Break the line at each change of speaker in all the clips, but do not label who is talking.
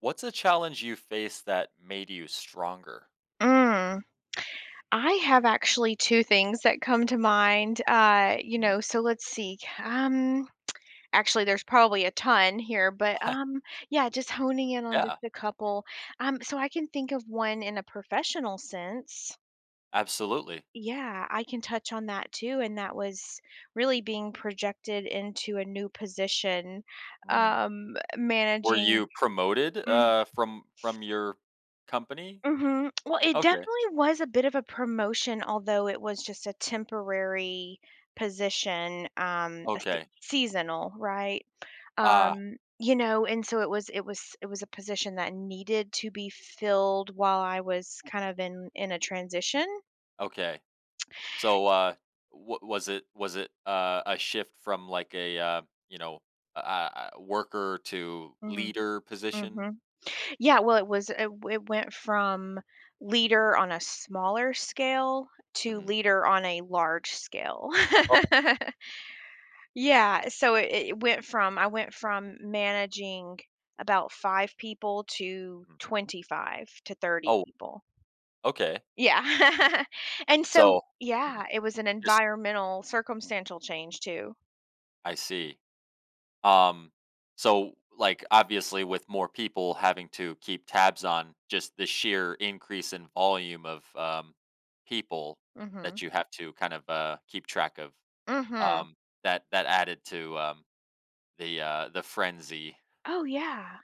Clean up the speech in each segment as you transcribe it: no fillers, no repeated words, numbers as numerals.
What's a challenge you faced that made you stronger?
Mm. I have actually 2 things that come to mind,
Mhm.
so let's see, um, actually, there's probably a ton here, but, um, yeah, just honing in on
Yeah,
just a couple, so I can think of one in a professional sense.
absolutely.
Yeah, I can touch on that too, and that was really being projected into a new position,
Mm. Were
managing
you promoted,
mhm.
from your company?
Mhm. Well, it
Okay,
definitely was a bit of a promotion, although it was just a temporary position, a se
okay.
seasonal, right?
Ah,
And so it was a position that needed to be filled while I was kind of in a transition.
okay. So, wa was it, a shift from, like, a, you know, a worker to
Mhm,
leader position?
mhm. Yeah, well, it was it w it went from leader on a smaller scale to
Mhm.
leader on a large scale.
Oh,
Yeah, so it went from I went from managing about 5 people to
mhm.
25 to 30
Oh,
people.
okay.
Yeah. And so
So Mhm.
yeah, it was an
Just
environmental circumstantial change too.
I see. Um, so, like, obviously with more people having to keep tabs on just the sheer increase in volume of, people
Mhm.
that you have to kind of, keep track of.
Mhm.
Um, that added to, the frenzy.
Oh, yeah.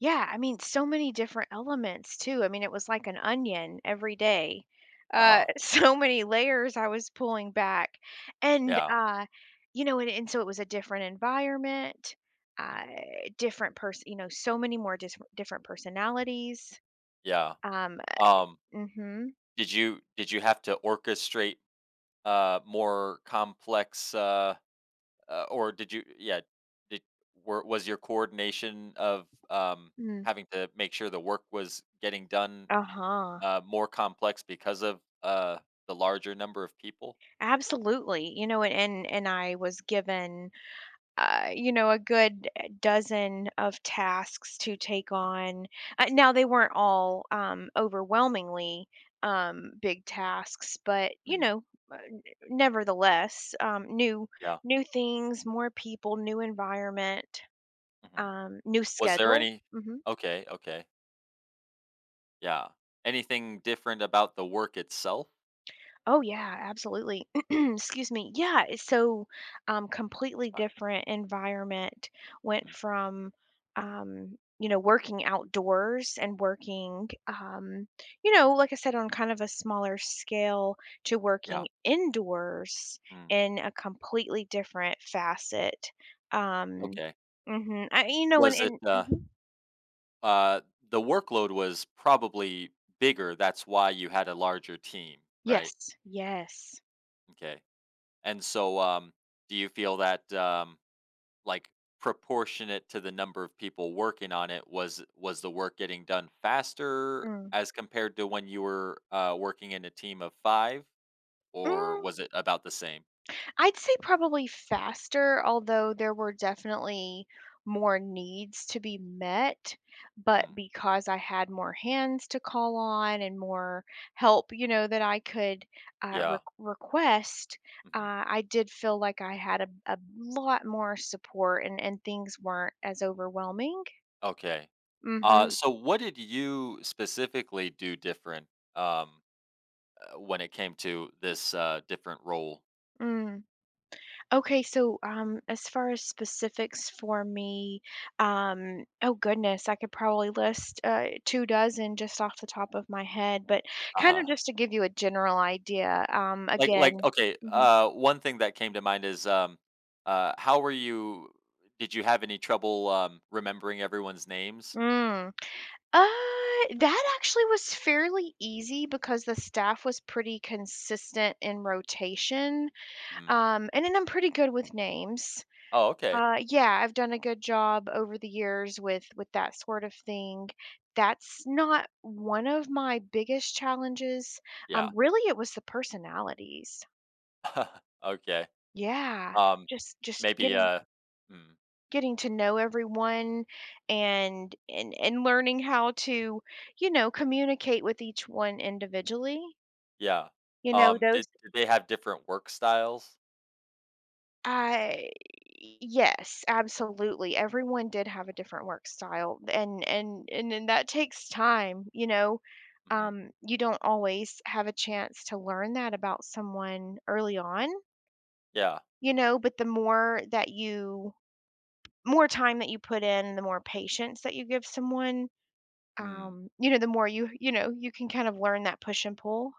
Yeah, I mean, so many different elements too. I mean, it was like an onion every day.
Uh huh.
So many layers I was pulling back, and
Yeah.
you know, and so it was a different environment,
Mhm,
uh, different person. You know, so many more different personalities.
yeah.
Um,
Um,
mm-hmm,
did you have to orchestrate, more complex, or did you, yeah, did were was your coordination of,
mm,
having to make sure the work was getting done,
uh-huh,
more complex because of, the larger number of people?
absolutely. You know, and I was given a good dozen of tasks to take
Mm,
on. Now they weren't all overwhelmingly big tasks, but you
mhm,
know, uh, n- nevertheless, new
yeah,
new things, more people, new environment,
mhm.
new
Was there
schedule.
any
Mm-hmm.
Okay, okay, yeah. Anything different about the work itself?
Oh yeah, absolutely. Excuse me. Yeah, it's so
It's
completely
fine,
different environment went
mhm,
from working outdoors and working like I said on kind of a smaller scale to working
yeah,
indoors
mm,
in a completely different facet. Um
okay.
mhm. I, you know and,
Was it,
and
uh
mhm.
uh, the workload was probably bigger, that's why you had a larger team, right?
Yes, yes.
Okay. And so, do you feel that, like, proportionate to the number of people working on it, was the work getting done faster
Mm.
as compared to when you were, working in a team of five, or
Mm.
was it about the same?
I'd say probably faster, although there were definitely more needs to be met. But
Mm,
because I had more hands to call on and more help, you know, that I could
yeah.
request,
Hmm.
I did feel like I had a lot more support, and things weren't as overwhelming.
Okay. Uh,
Mm-hmm.
so, what did you specifically do different, um, when it came to this, different role?
Mm. Okay, so as far as specifics for me, oh goodness, I could probably list two dozen just off the top of my head, but
Uh
kind
huh.
of just to give you a general idea.
Like,
Again,
okay,
mhm.
one thing that came to mind is, how were you did you have any trouble, remembering everyone's names?
Mm, uh, that actually was fairly easy because the staff was pretty consistent in rotation,
Mhm.
and then I'm pretty good with names.
Oh, okay.
Yeah, I've done a good job over the years with that sort of thing. That's not one of my biggest challenges.
Yeah.
Really, it was the personalities.
Okay.
Yeah,
Um,
just
maybe,
getting
mm,
getting to know everyone and learning how to, you know, communicate with each one individually.
yeah.
You know,
Um,
those
did did they have different work styles?
I Yes, absolutely. Everyone did have a different work style, and then that takes time, you know.
Mhm.
You don't always have a chance to learn that about someone early on,
Yeah.
you know, but the more that you more time that you put in, the more patience that you give someone,
Mm.
the more you can kind of learn that push and pull.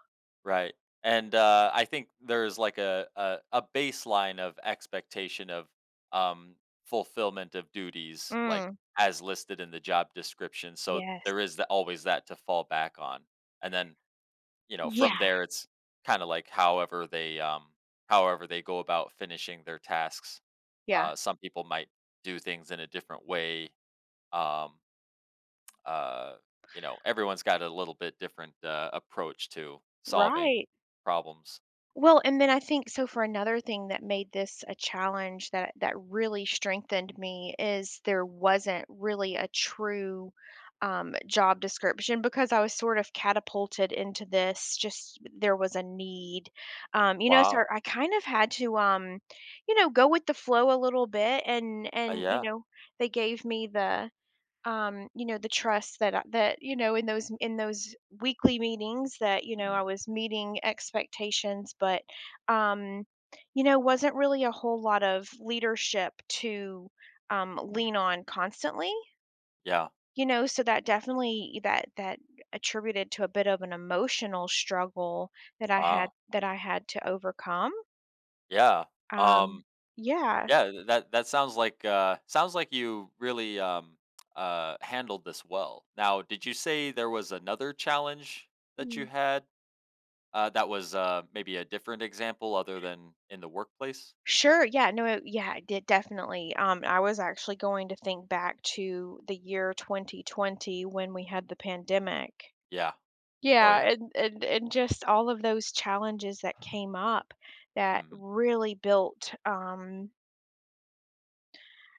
Right. And I think there's, like, a baseline of expectation of, um, fulfillment of duties, like
Mm,
as listed in the job description. So
yes.
there is, always, that to fall back on, and then, from
Yeah.
there it's kind of like however they, however they go about finishing their tasks.
Yeah.
Some people might do things in a different way. Um, uh, everyone's got a little bit different, approach to solving
Right.
problems.
Well, and then I think so for another thing that made this a challenge that really strengthened me is there wasn't really a true job description because I was sort of catapulted into this. Just there was a need. So
Wow.
I kind of had to, go with the flow a little bit, and
Uh, yeah.
they gave me the the trust that, in those weekly meetings that, I
Mhm,
was meeting expectations, but, um, wasn't really a whole lot of leadership to,
mhm.
lean on constantly,
Yeah.
so that definitely that attributed to a bit of an emotional struggle
Wow.
that I had to overcome.
Yeah.
Um,
Um,
yeah.
yeah, th that that sounds like you really, handled this well. Now, did you say there was another challenge that you had, that was, maybe a different example other than in the workplace?
Sure, yeah, no, yeah, de definitely, I was actually going to think back to the year 2020 when we had the pandemic.
Yeah. Oh, yeah.
Yeah, and just all of those challenges that came up that
Mhm,
really built, um,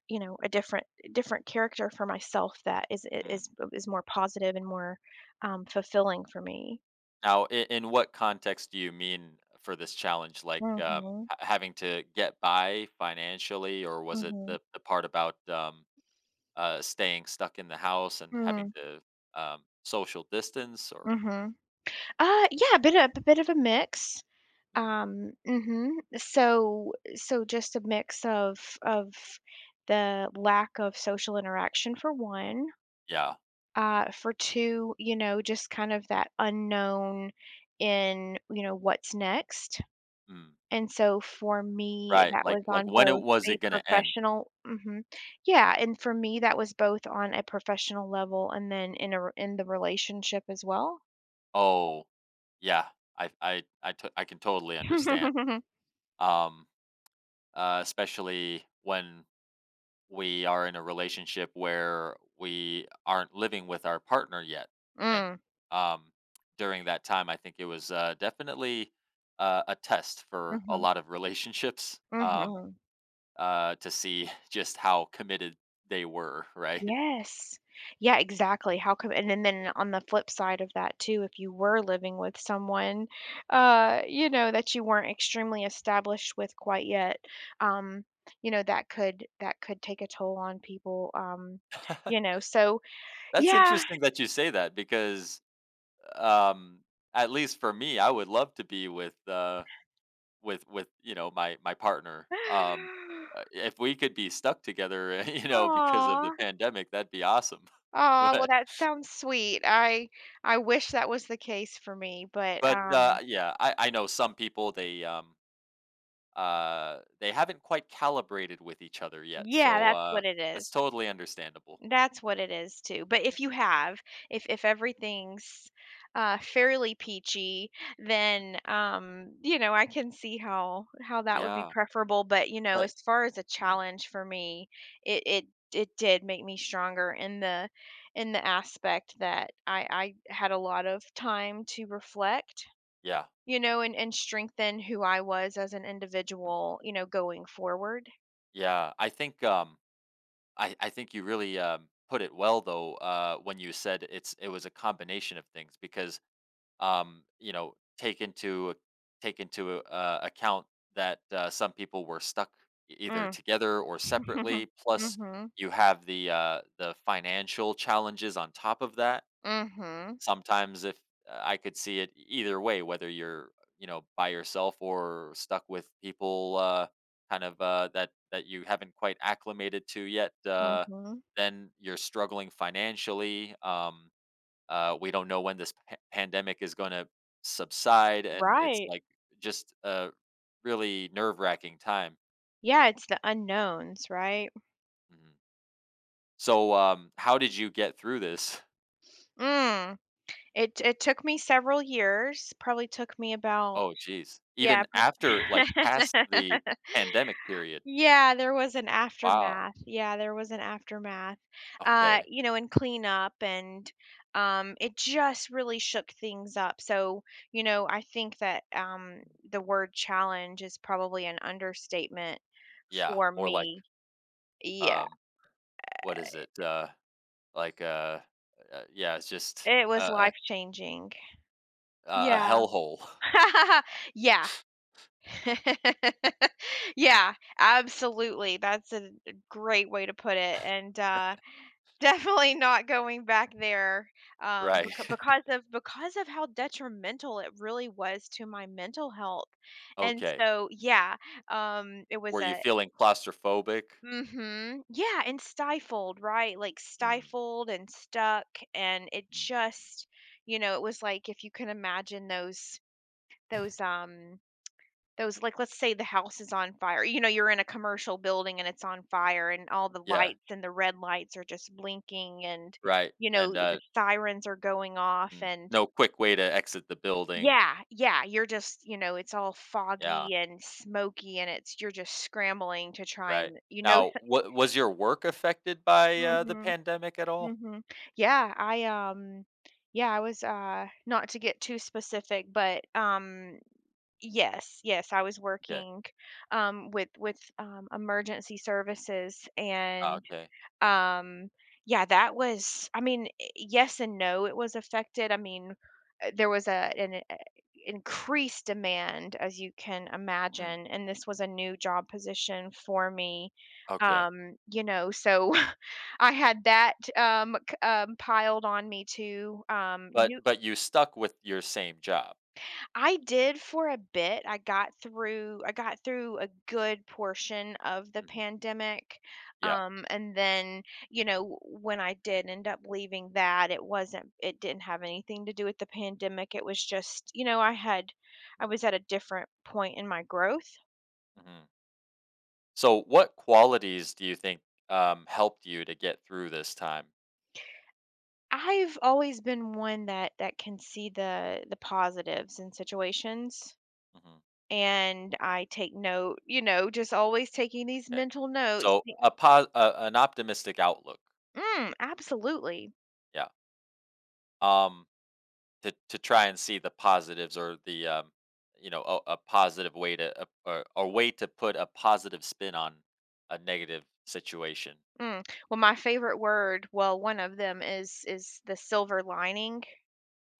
you know, a different character for myself that is
mm.
is is more positive and more, fulfilling for me.
Now, I in what context do you mean for this challenge? Like,
Mhm,
ha having to get by financially, or was it
mhm,
the part about, staying stuck in the house and having
mm,
to, social distance, or,
mhm. Yeah, a bit of a mix.
mhm.
Mhm. So just a mix of the lack of social interaction for one,
Yeah.
for two, just kind of that unknown in, what's next.
Mm,
And so for me,
right,
that
like,
was on
when it
both
was
a
it gonna end?
professional mhm. Yeah, and for me, that was both on a professional level, and then in the relationship as well.
Oh, yeah. I can totally understand, um especially when we are in a relationship where we aren't living with our partner yet, and,
Mm.
um during that time I think it was, definitely, a test for a
Mhm.
lot of relationships,
Mhm.
to see just how committed they were, right?
Yes. Yeah, exactly. How come, and then on the flip side of that too, if you were living with someone, that you weren't extremely established with quite yet, um, that could take a toll on people. Um, you know, so
That's
yeah.
interesting that you say that, because, um at least for me, I would love to be with, my partner. Um uh, if we could be stuck together, because of the
Aw.
pandemic, that'd be awesome.
Aw, well
But
that sounds sweet. I wish that was the case for me, but
but,
um
yeah, I know some people, they, they haven't quite calibrated with each other yet.
yeah,
So
that's
uh
what it is.
that's totally understandable.
That's what it is too. But if you have, if everything's fairly peachy, then I can see how that would be
Yeah.
preferable. But
But
as far as a
mm,
challenge for me, it it it did make me stronger in the aspect that I had a lot of time to reflect,
yeah.
you know, and strengthen who I was as an
Mm.
individual, going forward.
Yeah, I think, I think you really, put it well, though, when you said it was a combination of things, because, um you know take into take into, account that, some people were stuck, either
Mm.
together or separately, plus
Mhm.
you have the the financial challenges on top of that,
Mhm.
sometimes, if, I could see it, either way, whether you're, by yourself or stuck with people, kind of, that you haven't quite acclimated to yet,
Mhm.
then you're struggling financially. We don't know when this, pandemic is going to subside, and it's
Right.
like just a really nerve wracking time.
Yeah, it's the unknowns, right?
Mhm. So, how did you get through this?
Mm. It took me several years. Probably took me about
Oh, geez,
yeah,
even
pro
after, like, past the pandemic period.
Yeah, there was an
Wow.
aftermath. Yeah, there was an aftermath.
Okay.
And cleanup and it just really shook things up. So, I think that the word challenge is probably an understatement
Yeah,
for
more like,
me. Yeah,
um, what is it? Like, yeah, it's just
it
a
was
a
life changing.
a
Yeah.
hellhole,
Yeah. Yeah, absolutely, that's a great way to put it, and, definitely not going back there,
right?
because of how detrimental it really was to my mental health, and
Okay.
so yeah, it was
Were you
a
feeling claustrophobic?
Mhm, yeah, and stifled, right? Like,
Mm,
stifled and stuck, and it
mm.
just it was like if you can imagine those, um Those like, let's say the house is on fire, you're in a commercial building and it's on fire, and all the
Yeah,
lights and the red lights are just blinking, and,
right, and,
the sirens are going off, and
no quick way to exit the building.
yeah, yeah, you're just, it's all
Yeah,
foggy and smoky, and it's you're just scrambling to try,
right.
and
Now, what was your work affected by, the
mhm.
pandemic at all?
Mhm. Yeah, I was not to get too specific, but yes, yes, I was
Okay.
working, with emergency services,
Ah,
and,
okay.
um, yeah, that was I mean, yes and no, it was affected. I mean, there was a an, increased demand, as you can
Mm,
imagine, and this was a new job position for me,
okay.
so I had that, c piled on me too, new.
But you stuck with your same job.
I did for a bit. I got through a good portion of the
Mhm.
pandemic.
Yeah.
And then, when I did end up leaving that, it didn't have anything to do with the pandemic. It was just, I
Mm,
was at a different point in my growth.
mhm. So, what qualities do you think, helped you to get through this time?
I've always been one that can see the positives in situations,
Hmm.
and I take note, just always taking these
Okay,
mental notes.
so, a, an optimistic outlook,
Mm, absolutely.
yeah. Um, to try and see the positives or the you know, a positive way to put a positive spin on a negative situation.
Mm. Well, my favorite word, well, one of them is the silver lining.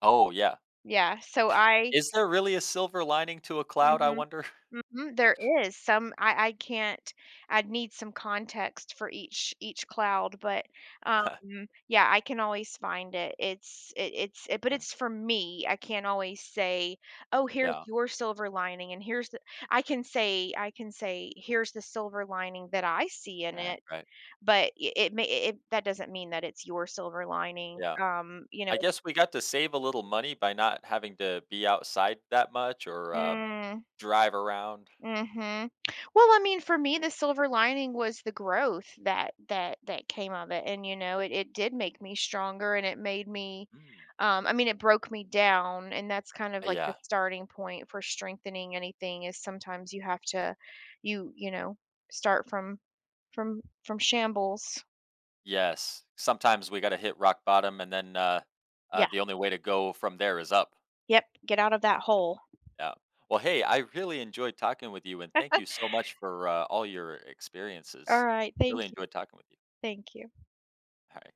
Oh, yeah,
Yeah. So I
is there really a silver lining to a cloud? I
Mhm.
wonder.
Mhm. There is some. I can't. I'd need some context for each cloud, but um yeah, I can always find it. It's it, it's it, but
Mm,
it's for me. I can't always say, "Oh, here's
yeah,
your silver lining," and here's the I can say, "Here's the silver lining that I see in
right,
it."
right,
But I it may it that doesn't mean that it's your silver lining,
yeah.
um, you know
I guess we got to save a little money by not having to be outside that much or,
Mm,
drive around.
mhm. Well, I mean, for me, the silver lining was the growth that came of it, and, it did make me stronger, and it made me
Mm.
um, I mean, It broke me down, and that's kind of like the
Yeah.
starting point for strengthening anything. Is sometimes you have to you you know, start from from shambles.
Yes. Sometimes we got to hit rock bottom, and then,
Yeah,
the only way to go from there is up.
yep, get out of that hole.
Yeah. Well, hey, I really enjoyed talking with you, and thank you so much for, all your experiences.
Alright,
Really
thank you,
enjoyed talking with you.
thank you.
All right.